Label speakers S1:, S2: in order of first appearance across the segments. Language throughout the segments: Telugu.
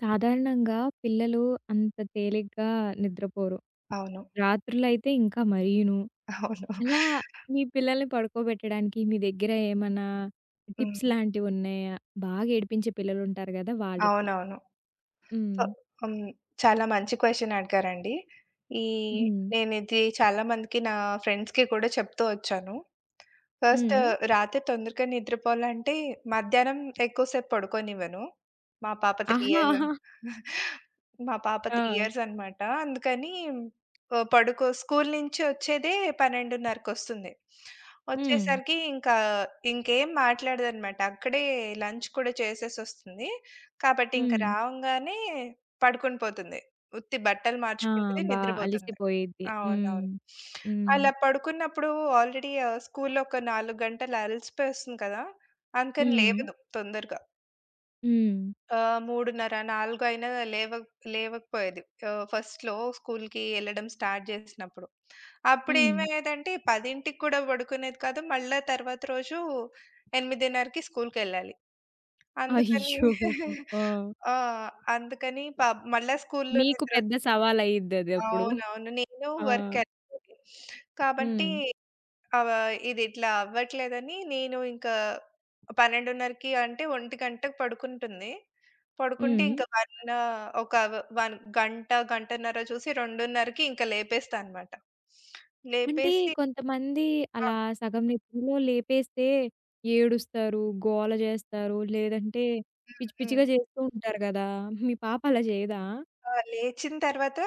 S1: సాధారణంగా పిల్లలు అంత తేలిగ్గా నిద్రపోరు.
S2: అవును.
S1: రాత్రులైతే ఇంకా మరీను.
S2: అవును.
S1: అలా మీ పిల్లల్ని పడుకోబెట్టడానికి మీ దగ్గర ఏమన్నా టిప్స్
S2: హ్మ్.
S1: లాంటివున్నాయా? బాగా ఏడిపించే పిల్లలుంటారు గదా! వాళ్ళకి.
S2: అవునవును. సో,
S1: హ్మ్.
S2: హ్మ్. చాలా మంచి క్వెషన్ అడిగారండి. ఈ
S1: హ్మ్.
S2: నేనిది చాలా మందికి ఫ్రెండ్స్‌కి కూడా చెప్తూ వచ్చాను. ఫస్ట్,
S1: హ్మ్.
S2: రాత్రి తొందరగా నిద్రపోవాలంటే మధ్యాహ్నం ఎక్కువసేపు పడుకోనివ్వను. మా పాప 3 ఇయర్స్.
S1: ఆహా!
S2: మా పాప
S1: ఆ!
S2: 3 ఇయర్స్ అనమాట. అందుకని పడుకో, స్కూల్ నుంచి వచ్చేదే 12:30కొస్తుంది.
S1: హ్మ్.
S2: వచ్చేసరికి ఇంకా ఇంకేం మాట్లాడదనమాట. అక్కడే లంచ్ కూడా చేసేసొస్తుంది. కాబట్టి ఇంక
S1: హ్మ్.
S2: రావంగానే పడుకొని పోతుంది. ఉత్తి బట్టలు
S1: ఆ!
S2: మార్చుకుంటది,
S1: బా
S2: నిద్రపోతుంది.
S1: అలిసిపోయిద్ది. హ్మ్.
S2: అవునవును.
S1: హ్మ్.
S2: అలా పడుకున్నప్పుడు ఆల్రెడీ స్కూల్లో ఒక 4 గంటలు అలసిపోయి వస్తుంది కదా! అందుకని హ్మ్,
S1: హ్మ్.
S2: లేవదు తొందరగా.
S1: హ్మ్.
S2: 3:30, 4 అయినా లేవ లేవకపోయేది. ఫస్ట్‌లో స్కూల్‌కి ఎళ్ళడం స్టార్ట్ జేసినప్పుడు. హ్మ్.
S1: హ్మ్.
S2: అప్పుడేమయ్యేదంటే 10కి కూడా పడుకునేది కాదు. మళ్ళా తర్వాత రోజు 8:30కి స్కూల్‌కెళ్ళాలి. అందుకని
S1: అయ్యో! ఆ!
S2: ఆ! అందుకని మళ్ళా స్కూల్‌లో
S1: మీకు
S2: నిద్ర
S1: పెద్ద
S2: వస్తుంది.
S1: సవాలయిద్దదప్పుడు.
S2: అవునవును. నేను
S1: ఆ!
S2: వర్క్ కాబట్టి
S1: హ్మ్.
S2: అవ ఇది ఇట్లా అవ్వట్లేదని, నేను ఇంకా 12:30కి అంటే 1 గంటకి పడుకుంటుంది. పడుకుంటే
S1: హ్మ్.
S2: ఇంకా 1 ఒక 1 గంట, గంటన్నర చూసి 2:30కి ఇంకా లేపేస్తా అనమాట.
S1: అంటే
S2: లేపేసి,
S1: కొంతమంది
S2: ఆ!
S1: అలా సగం నిద్రలో లేపేస్తే ఏడుస్తారు, గోల జేస్తారు, లేదంటే పిచ్చి
S2: హ్మ్.
S1: పిచ్చిగా జేస్తూ ఉంటారు గదా! మీ పాప అలా జేయదా?
S2: ఆ! లేచిన తర్వాత,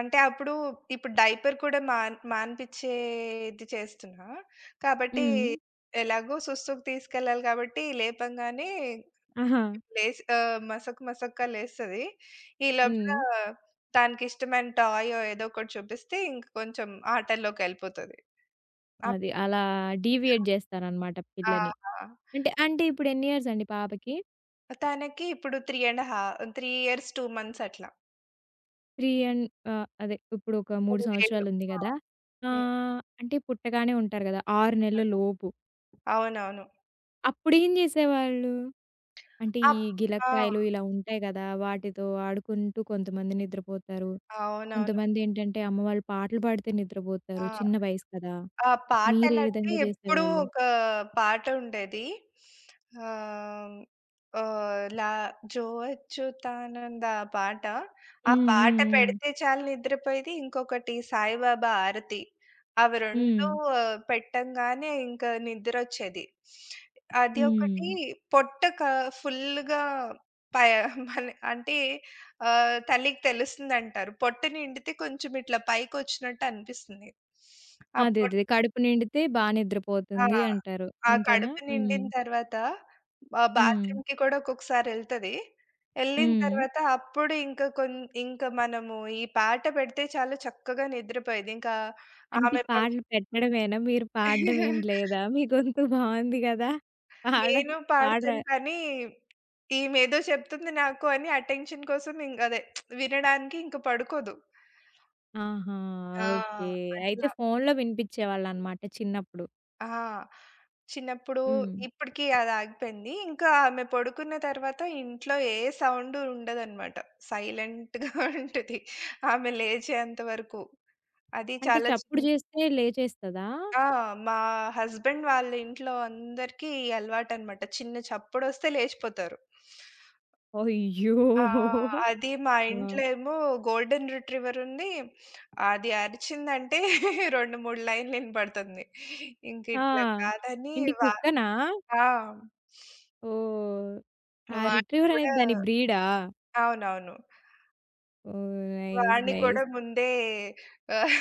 S2: అంటే అప్పుడు ఇప్పుడు డైపర్ కూడా మానిపిచ్చేది చేస్తున్నా. కాబట్టి
S1: హ్మ్.
S2: ఎలాగో సుస్తుకు తీసుకెళ్ళాలి కాబట్టి లేపంగానే
S1: ఆహా!
S2: మసక్ మసక్కా లేస్తది. ఈ లోపల
S1: హ్మ్.
S2: తనకిష్టమైన టాయో ఏదో ఒకటి చూపిస్తే ఇంక కొంచెం ఆటల్లోకెళ్ళిపోతది. అప్
S1: అది అలా డీవియేట్ జేస్తారనమాట పిల్లని.
S2: ఆ!
S1: అంటే అంటే ఇప్పుడు ఎన్ని ఇయర్స్ అండి పాపకి?
S2: తనకి ఇప్పుడు 3 అండ్ హా 3 ఇయర్స్, 2 మంత్స్ అట్లా.
S1: 3 అండ్ ఆహ్, అదే ఇప్పుడు ఒక 3
S2: 3 ఏళ్ళు.
S1: సంవత్సరాలుంది
S2: ఆ!
S1: గదా!
S2: హ్మ్.
S1: ఆహ్, అంటే పుట్టగానే ఉంటారు గదా! 6 నెలల లోపు.
S2: అవునవును.
S1: అప్పుడేం జేసేవాళ్ళు? అంటే ఈ
S2: అప్, ఆ!
S1: గిలక్కాయలు ఇలా ఉంటాయి గదా! వాటితో ఆడుకుంటూ కొంతమంది నిద్రపోతారు.
S2: అవునవును.
S1: కొంతమందేంటంటే అమ్మ వాళ్ళు పాటలు పాడితే
S2: ఆ!
S1: నిద్రపోతారు. చిన్న వయసు కదా!
S2: ఆ!
S1: మీరే
S2: పాటలంటే
S1: విధంగా
S2: ఎప్పుడూ
S1: చేసేవాళ్ళు?
S2: ఒక పాట ఉండేది. ఆహ్, ఆహ్, లా 'జో అచ్యుతానంద' ఆ పాట. ఆ
S1: హ్మ్.
S2: పాట
S1: హ్మ్.
S2: పెడితే చాలు నిద్రపోయేది. ఇంకొకటి 'సాయిబాబా ఆరతి.' అవి 2
S1: హ్మ్.
S2: పెట్టంగానే ఇంకా నిద్రొచ్చేది. అది
S1: హ్మ్. హ్మ్.
S2: ఒకటి. పొట్ట క ఫుల్‌గా, పై మన అంటే తల్లికి తెలుస్తుందంటారు. పొట్ట నిండితే కొంచెం ఇట్లా పైకొచ్చినట్టు అనిపిస్తుంది. ఆ
S1: అదే.
S2: పొట్ట
S1: అదే. కడుపు నిండితే బా
S2: ఆ!
S1: నిద్రపోతుంది అంటారు.
S2: ఆ
S1: అంతేనా?
S2: కడుపు
S1: హ్మ్.
S2: నిండిన తర్వాత
S1: హ్మ్.
S2: బాత్రూమ్‌కి కూడా ఒక్కొక్కసారెళ్తది. ఎళ్ళిన
S1: హ్మ్.
S2: తర్వాత అప్పుడు ఇంకా మనము ఈ పాట పెడితే చాలు చక్కగా నిద్రపోయేది. ఇంకా
S1: అంటే
S2: ఆమె పడు
S1: పాటలు పెట్టడమేనా? మీరు పాడడం ఏం లేదా? మీ గొంతు బావుంది గదా! పాడ
S2: నేను
S1: పాడరా
S2: పాడతాను కానీ, ఈమేదో చెప్తుంది నాకు అని అటెన్షన్ కోసం ఇంగదే వినడానికి ఇంక పడుకోదు.
S1: ఆహా!
S2: ఆ!
S1: ఓకే. అయితే
S2: అట్లా.
S1: ఫోన్‌లో వినిపించేవాళ్ళనమాట చిన్నప్పుడు.
S2: ఆ! చిన్నప్పుడు.
S1: హ్మ్.
S2: ఇప్పటికి అది ఆగిపోయింది. ఇంకా ఆమె పడుకున్న తర్వాత ఇంట్లో ఏ సౌండు ఉండదనమాట. సైలెంట్‌గా ఉంటది, ఆమె లేచేంత వరకు. అది
S1: అంటే
S2: చాలా
S1: చప్పుడు
S2: చిన్
S1: చేస్తే లేచేస్తదా?
S2: ఆ! మా హస్బెండ్ వాళ్ళ ఇంట్లో అందరికీ అలవాటనమాట. చిన్న చప్పుడొస్తే లేచిపోతారు.
S1: అయ్యో!
S2: ఆ! అది మా ఇంట్లో
S1: ఆ!
S2: ఏమో గోల్డెన్ రిట్రీవర్ ఉంది. అది అరిచిందంటే 2, 3 లైన్‌లు ఇనపడుతుంది. ఇంక
S1: ఆ!
S2: ఇట్లా కాదని
S1: ఏంటి
S2: వా
S1: కుక్కనా?
S2: ఆ!
S1: ఓహ్! ఆ
S2: వాడిని
S1: రిట్రీవర్ అనేది
S2: కూడా
S1: దాని బ్రీడా?
S2: అవునవును.
S1: ఓహ్! నైస్.
S2: వాడిని కూడా
S1: నైస్.
S2: ముందే ఆహ్,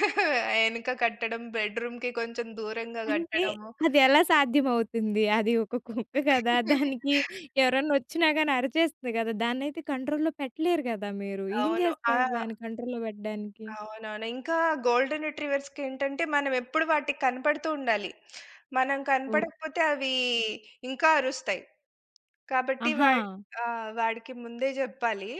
S2: ఎనక కట్టడం, బెడ్‌రూమ్‌కి కొంచెం దూరంగా
S1: అంటే
S2: కట్టడము.
S1: అదెలా సాధ్యమవుతుంది? అది ఒక కుక్క కదా! దానికి ఎవరన్నా వచ్చినా గాని అరిచేస్తది కదా! దాన్నైతే కంట్రోల్‌లో పెట్టలేరు కదా మీరు. ఏం
S2: అవును. ఆ!
S1: చేస్తారు దాన్ని కంట్రోల్‌లో పెట్టడానికి?
S2: అవునవును. ఇంకా గోల్డెన్ రిట్రీవర్స్‌కి ఏంటంటే మనం ఎప్పుడు వాటికి కనపడుతూ ఉండాలి. మనం
S1: ఓహ్!
S2: కనపడకపోతే అవి ఇంకా అరుస్తాయి. కాబట్టి
S1: ఆహా!
S2: వాడికి ముందే జెప్పాలి.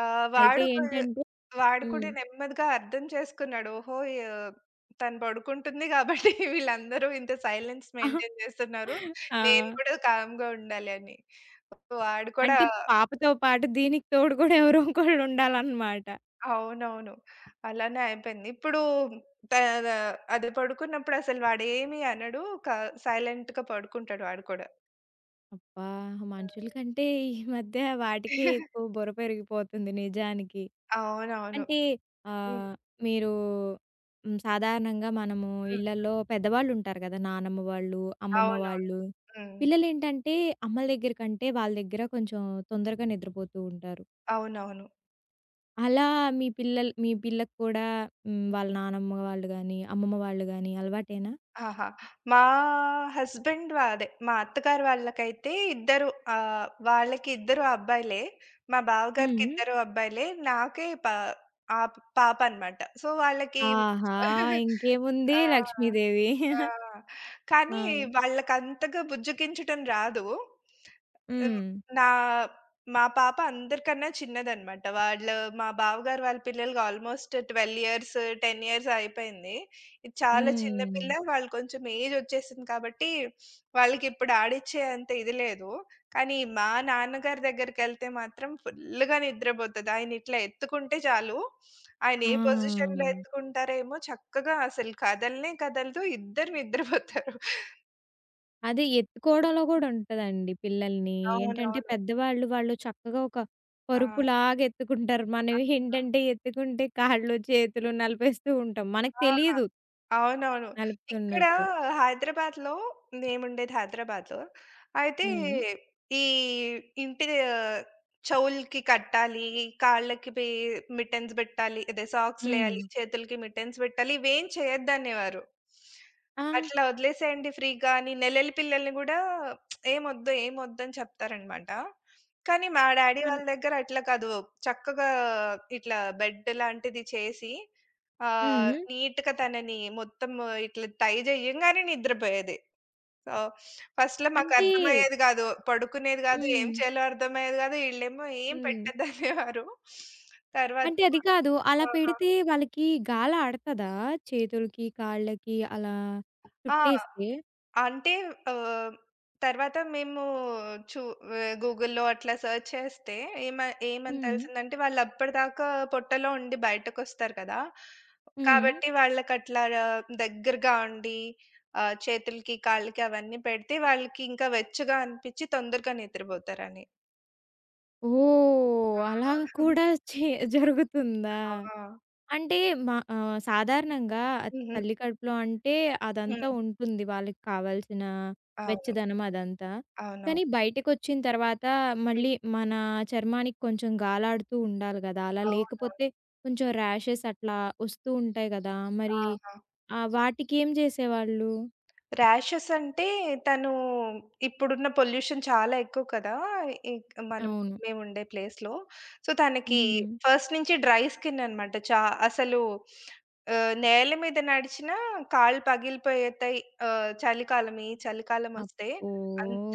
S2: ఆహ్,
S1: అయితే
S2: వాడు కూ
S1: ఏంటంటే
S2: వాడు
S1: హ్మ్.
S2: కూడా నెమ్మదిగా అర్థం చేసుకున్నాడు. ఓహో! ఆహ్, తను పడుకుంటుంది గాబట్టి వీళ్ళందరూ ఇంత సైలెన్స్ మెయింటైన్ జేస్తున్నారు,
S1: ఆ!
S2: నేను కూడా కామ్‌గా ఉండాలి అని. వాడు కూడా
S1: అంటే పాపతో పాటు దీనికి తోడు కూడా ఎవరో ఒకళ్ళుండాలనమాట.
S2: అవునవును. అలానే అయిపోయింది. ఇప్పుడు త ద అది పడుకున్నప్పుడు అసలు వాడేమి అనడు. సైలెంట్‌గా పడుకుంటాడు వాడు కూడా.
S1: అబ్బా! మనుషుల కంటే ఈ మధ్య వాటికే ఎక్కువ బుర్ర పెరిగిపోతుంది నిజానికి.
S2: అవునవును.
S1: అంటే
S2: హ్మ్.
S1: ఆహ్, మీరు హ్మ్, సాధారణంగా మనము
S2: హ్మ్.
S1: ఇళ్లల్లో పెద్దవాళ్ళుంటారు గదా! నానమ్మ వాళ్ళు, అమ్మమ్మ
S2: అవునవును.
S1: వాళ్ళు.
S2: హ్మ్.
S1: పిల్లలేంటంటే అమ్మల దగ్గర కంటే వాళ్ళ దగ్గర కొంచెం తొందరగా నిద్రపోతూ ఉంటారు.
S2: అవునవును.
S1: అలా మీ పిల్లలు మీ పిల్లకు కూడా హ్మ్, వాళ్ళ నానమ్మ వాళ్ళు గాని, అమ్మమ్మ వాళ్ళు గాని అలవాటేనా?
S2: ఆహా! మా హస్బెండ్ వా అదే మా అత్తగారు వాళ్ళకి ఇద్దరు అబ్బాయిలే. మా బావగారికి
S1: హ్మ్.
S2: ఇద్దరు అబ్బాయిలే. నాకే పా ఆప్ పాప అనమాట. సో, వాళ్ళకి
S1: ఆహా! ఇంకేముంది
S2: ఆ!
S1: లక్ష్మీదేవి.
S2: ఆ! కానీ
S1: ఆ!
S2: హ్మ్, వాళ్ళకంతగా బుజ్జగించటం రాదు. హ్మ్.
S1: హ్మ్.
S2: నా మా పాప అందరికన్నా చిన్నదనమాట. మా బావగారు వాళ్ళ పిల్లలకి ఆల్మోస్ట్ 12 ఇయర్స్, 10 ఇయర్స్ అయిపోయింది. ఇది చాలా హ్మ్, చిన్న
S1: హ్మ్.
S2: పిల్ల. వాళ్ళు కొంచెం ఏజొచ్చేసింది కాబట్టి, వాళ్ళకిప్పుడు ఆడిచ్చే అంత ఇది లేదు. కానీ మా నాన్నగారి దగ్గరికెళ్తే మాత్రం ఫుల్లుగా నిద్రపోతది. ఆయన ఇట్లా ఎత్తుకుంటే చాలు, ఆయన
S1: ఆ!
S2: ఏ పొజిషన్‌లో ఎత్తుకుంటారేమో చక్కగా అసలు కదలనే కదలదు. ఇద్దరు నిద్రపోతారు.
S1: అదే ఎత్తుకోవడంలో గూడా ఉంటదండి పిల్లల్ని. ఏంటంటే
S2: అవునవును.
S1: పెద్దవాళ్ళు వాళ్ళు చక్కగా ఒక
S2: ఆ!
S1: పరుపులాగా ఎత్తుకుంటారు.
S2: ఆ!
S1: మనవి ఏంటంటే ఎత్తుకుంటే కాళ్ళు, చేతులు నలిపేస్తూ ఉంటాం. మనకు
S2: ఆ!
S1: తెలీదు
S2: అవునవును. ఇక్కడ
S1: నలుపుతున్నట్టు.
S2: హైదరాబాద్‌లో, మేముండేది హైదరాబాద్‌లో. అయితే
S1: హ్మ్.
S2: ఈ ఇంటి చెవులకి కట్టాలి, కాళ్ళకి బి మిట్టెన్స్ బెట్టాలి. అదే
S1: హ్మ్.
S2: సాక్స్‌లేయాలి, చేతులకి మిట్టెన్స్ బెట్టాలి. ఇవేం చేయొద్దనేవారు.
S1: ఆ!
S2: అట్లా వదిలేసేయండి ఫ్రీగా అని, నెలలి పిల్లల్ని గూడా ఏమొద్దు, ఏమొద్దని చెప్తారనమాట. కానీ మా డ్యాడీ
S1: అన్
S2: వాళ్ళ దగ్గర అట్లా కాదు. చక్కగా ఇట్లా బెడ్ లాంటిది చేసి
S1: హ్మ్.
S2: నీట్‌గా తనని మొత్తం ఇట్లా టై చేయంగానే నిద్రపోయేది. సో, ఫస్ట్‌లో
S1: అంటే
S2: మాకర్థమయ్యేది గాదు. పడుకునేది గాదు. ఏం
S1: హ్మ్.
S2: చేయాలో అర్థమయ్యేది గాదు. ఈళ్ళేమో ఏం
S1: హ్మ్.
S2: పెట్టద్దనేవారు. తర్వాత
S1: అంటే అది
S2: మా
S1: కాదు. అలా
S2: ఆహా!
S1: పెడితే వాళ్ళకి గాలాడతదా? చేతులకి, కాళ్ళకి అలా
S2: ఆ!
S1: చుట్టేస్తే?
S2: అంటే ఆహ్, తర్వాత మేము చు గూగుల్‌లో అట్లా సెర్చ్ చేస్తే ఏమ ఏమని
S1: హ్మ్.
S2: తెలిసిందంటే, వాళ్ళప్పటిదాకా పొట్టలో ఉండి బయటకొస్తారు కదా!
S1: హ్మ్.
S2: కాబట్టి వాళ్ళకట్లా దగ్గరగా ఉండి చేతులకి, కాళ్ళకి అవన్నీ పెడితే వాళ్ళకి ఇంకా వెచ్చగా అనిపిచ్చి తొందరగా నిద్రపోతారని.
S1: ఓహ్! అలా
S2: ఆ!
S1: కూడా చే జరుగుతుందా?
S2: ఆ!
S1: అంటే మా ఆహ్, సాధారణంగా
S2: హ్మ్. హ్మ్.
S1: తల్లి కడుపులో అంటే అదంతా
S2: హ్మ్.
S1: ఉంటుంది. వాళ్ళకి కావాల్సిన
S2: అవును.
S1: వెచ్చదనం అదంతా.
S2: అవునవును.
S1: కానీ బయటకొచ్చిన తర్వాత
S2: హ్మ్.
S1: మళ్ళీ మన చర్మానికి కొంచెం గాలాడుతూ ఉండాలి గదా! అలా
S2: అవునవును.
S1: లేకపోతే కొంచెం ర్యాషెస్ అట్లా వస్తూ ఉంటాయి గదా!
S2: ఆ!
S1: మరి
S2: ఆ!
S1: ఆ! వాటికేం జేసేవాళ్ళు?
S2: ర్యాషెస్ అంటే, తను, ఇప్పుడున్న పొల్యూషన్ చాలా ఎక్కువ కదా! మనం
S1: అవును.
S2: మేముండే ప్లేస్‌లో. సో, తనకి
S1: హ్మ్.
S2: ఫస్ట్ నుంచి డ్రై స్కిన్ అనమాట. అసలు నేల మీద నడిచినా కాళ్ళు పగిలిపోయేతాయి. ఆహ్, చలికాలం ఈ చలికాలమొస్తే,
S1: అబ్బో!
S2: అంత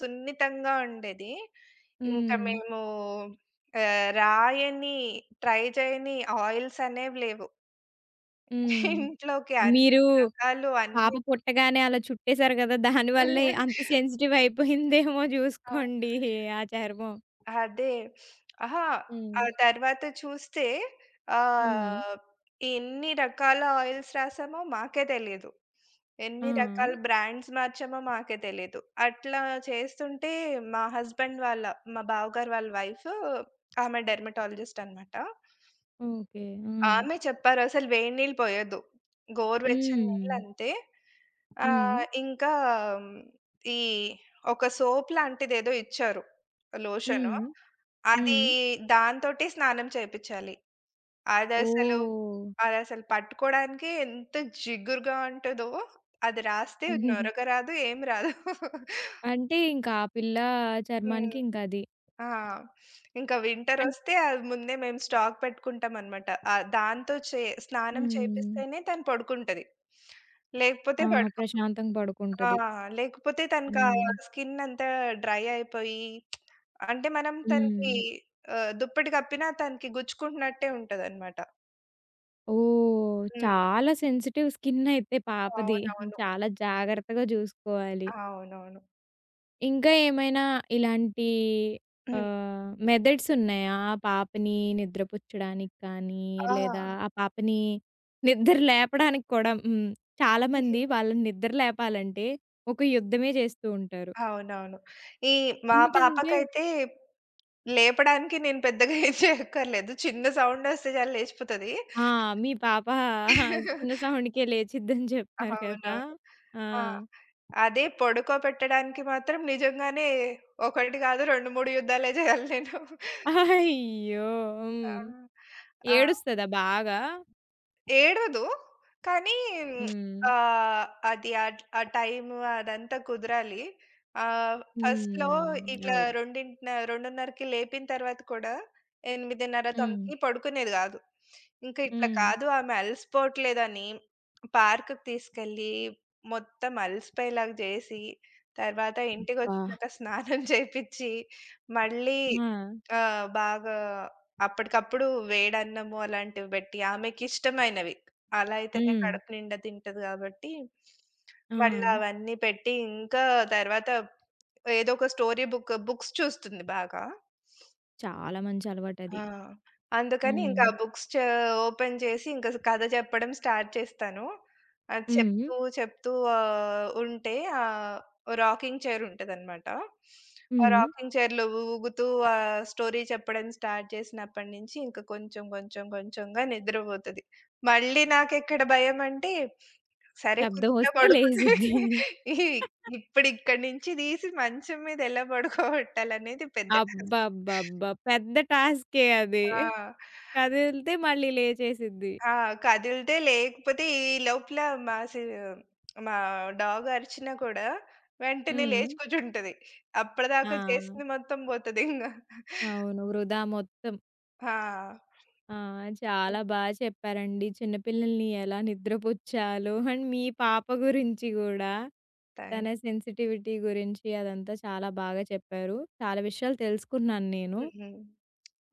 S2: సున్నితంగా ఉండేది. ఇంకా
S1: హ్మ్.
S2: మేము రాయని, ట్రై చేయని ఆయిల్స్ అనేవి లేవు.
S1: హ్మ్.
S2: ఇంట్లోకి
S1: మీరు
S2: అన్ని రకాలు
S1: పాప
S2: అన్ని.
S1: పుట్టగానే అలా చుట్టేసారు గదా! దాని వల్లే అంత సెన్సిటివ్ అయిపోయిందేమో
S2: ఆ!
S1: జూసుకోండి ఆ చర్మం.
S2: అదే. అహా!
S1: హ్మ్.
S2: ఆ తర్వాత చూస్తే
S1: హ్మ్.
S2: ఆహ్, ఎన్ని రకాల ఆయిల్స్ రాసామో మాకే తెలీదు.
S1: ఆ!
S2: ఎన్ని రకాల బ్రాండ్స్ మార్చామో మాకే తెలీదు. అట్లా చేస్తుంటే మా హస్బెండ్ వాళ్ళ మా బావగారు వాళ్ళ వైఫ్, ఆమె డెర్మటాలజిస్ట్ అనమాట.
S1: ఓకే. ఆ!
S2: ఆమె చెప్పారు, అసలు వేడి నీళ్ళు పోయొద్దు, గోరువెచ్చని
S1: హ్మ్.
S2: నీళ్ళంతే.
S1: హ్మ్.
S2: ఆహ్, ఇంకా మ్, ఈ ఒక సోప్ లాంటిదేదో ఇచ్చారు, లోషను.
S1: హ్మ్.
S2: అది,
S1: హ్మ్.
S2: దాంతోటి స్నానం చేపిచ్చాలి. అదసలు
S1: ఓహ్!
S2: అదసలు పట్టుకోడానికి ఎంత జిగురుగా ఉంటదో, అది రాస్తే నొరగరాదు, ఏం రాదు.
S1: అంటే ఇంకా ఆ పిల్ల
S2: హ్మ్.
S1: చర్మానికి ఇంకది.
S2: ఆ! ఇంకా
S1: అన్
S2: వింటరొస్తే అది ముందే మేము స్టాక్ పెట్టుకుంటామనమాట. ఆహ్, దాంతో చే స్నానం హ్మ్,
S1: హ్మ్.
S2: చేపిస్తేనే తను పడుకుంటది.
S1: ఆ!
S2: లేకపోతే పడుకోదు.
S1: ప్రశాంతంగా
S2: ఆ!
S1: పడుకుంటది.
S2: లేకపోతే తనకా
S1: హ్మ్.
S2: స్కిన్ అంతా డ్రై అయిపోయి, అంటే మనం
S1: హ్మ్.
S2: తనకి దుప్పటి కప్పినా తనకి గుచ్చుకుంటున్నట్టే ఉంటదనమాట.
S1: ఓహ్!
S2: హ్మ్.
S1: చాలా సెన్సిటివ్ స్కిన్ అయితే పాపది.
S2: అవునవును.
S1: చాలా జాగ్రత్తగా జూసుకోవాలి.
S2: అవునవును.
S1: ఇంకా ఏమైనా ఇలాంటి
S2: హ్మ్.
S1: ఆహ్, మెథడ్స్ ఉన్నాయా? ఆ పాపని నిద్రపుచ్చడానికి కానీ,
S2: ఆ!
S1: లేదా ఆ పాపని నిద్ర లేపడానికి కూడా హ్మ్. చాలామంది వాళ్ళని నిద్ర లేపాలంటే ఒక యుద్ధమే చేస్తూ ఉంటారు.
S2: అవునవును. ఈ మా
S1: ఎందుకంటే
S2: పాపకైతే లేపడానికి నేను పెద్దగా ఏం చేయక్కర్లేదు. చిన్న సౌండొస్తే చాలు లేచిపోతది.
S1: ఆ! మీ పాప చిన్న సౌండ్‌కే లేచిద్దని చెప్పారు కదా!
S2: అవునవును.
S1: ఆ!
S2: ఆ! అదే పడుకోబెట్టడానికి మాత్రం నిజంగానే ఒకటి కాదు, 2, 3 యుద్ధాలే చేయాలి నేను.
S1: అయ్యో!
S2: ఆ!
S1: హ్మ్.
S2: ఆ!
S1: ఏడుస్తదా బాగా?
S2: ఏడవదు. కానీ
S1: హ్మ్.
S2: ఆహ్, అది ఆ అది ఆ టైము అదంతా కుదరాలి. ఫస్ట్‌లో
S1: హ్మ్.
S2: ఇట్లా
S1: అవును.
S2: రెండింటిన 2:30కి లేపిన తర్వాత కూడా 8:30,
S1: హ్మ్.
S2: 9కి పడుకునేది గాదు. ఇంకా ఇట్లా
S1: హ్మ్.
S2: కాదు ఆమె అలసిపోవట్లేదని పార్క్‌కి తీసుకెళ్ళి మొత్తం అలసిపోయేలాగా జేసి, తర్వాత
S1: అబ్బా!
S2: ఇంటికొచ్చినాక స్నానం చేపిచ్చి, మళ్ళీ
S1: ఆ!
S2: ఆహ్, బాగా అప్పటికప్పుడు వేడన్నము అలాంటివి బెట్టి, ఆమెకిష్టమైనవి. అలా అయితేనే
S1: హ్మ్.
S2: కడుపు నిండా తింటది గాబట్టి,
S1: ఆ!
S2: మళ్ళా అవన్నీ పెట్టి, ఇంకా తర్వాత, ఏదో ఒక స్టోరీ బుక్ బుక్స్ చూస్తుంది బాగా.
S1: చాలా మంచి అలవాటది.
S2: ఆ! అందుకని
S1: హ్మ్.
S2: ఇంకా బుక్స్ చ ఓపెన్ చేసి ఇంక కథ చెప్పడం స్టార్ట్ చేస్తాను. అది
S1: హ్మ్.
S2: చెప్తూ చెప్తూ ఆహ్, ఉంటే ఆహ్, రాకింగ్ చైర్ ఉంటదనమాట. ఆ
S1: హ్మ్.
S2: రాకింగ్ చైర్‌లో ఊగుతూ ఆ స్టోరీ చెప్పడం స్టార్ట్ చేసినప్పటి నుంచి ఇంక కొంచెం కొంచెం కొంచెంగా నిద్రపోతది. మళ్ళీ నాకెక్కడ భయమంటే, సరే
S1: శబ్దం
S2: కుర్చీలో
S1: వస్తే
S2: పడుకుని
S1: లేసిద్ది.
S2: ఈ ఇప్పుడు ఇక్కడి నుంచి తీసి మంచం మీద ఎలా పడుకోబెట్టాలనేది పెద్ద టాస్క్.
S1: అబ్బబ్బబ్బా! పెద్ద టాస్కే అది.
S2: ఆ!
S1: కదిలితే మళ్ళీ లేచేసిద్ది.
S2: ఆ! కదిలితే లేకపోతే ఈ లోపల మా సి మా డాగ్ అరిచినా కూడా వెంటనే హ్మ్,
S1: హ్మ్.
S2: లేచి కూర్చుంటది.
S1: ఆ!
S2: అప్పటిదాకా చేసింది మొత్తం పోతదింగ.
S1: అవును. వృధా మొత్తం.
S2: ఆ!
S1: ఆ! చాలా బా చెప్పారండి. చిన్న పిల్లల్ని ఎలా నిద్రపుచ్చాలో అండ్ మీ పాప గురించి గూడా,
S2: థాంక్
S1: తన సెన్సిటివిటీ గురించి అదంతా చాలా బాగా చెప్పారు. చాలా విషయాలు తెలుసుకున్నాను నేను.
S2: హ్మ్.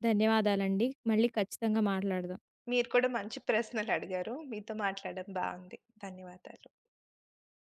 S1: ధన్యవాదాలండి. మళ్ళీ ఖచ్చితంగా మాట్లాడదాం.
S2: మీరు కూడా మంచి ప్రశ్నలడిగారు. మీతో మాట్లాడడం బావుంది. ధన్యవాదాలు.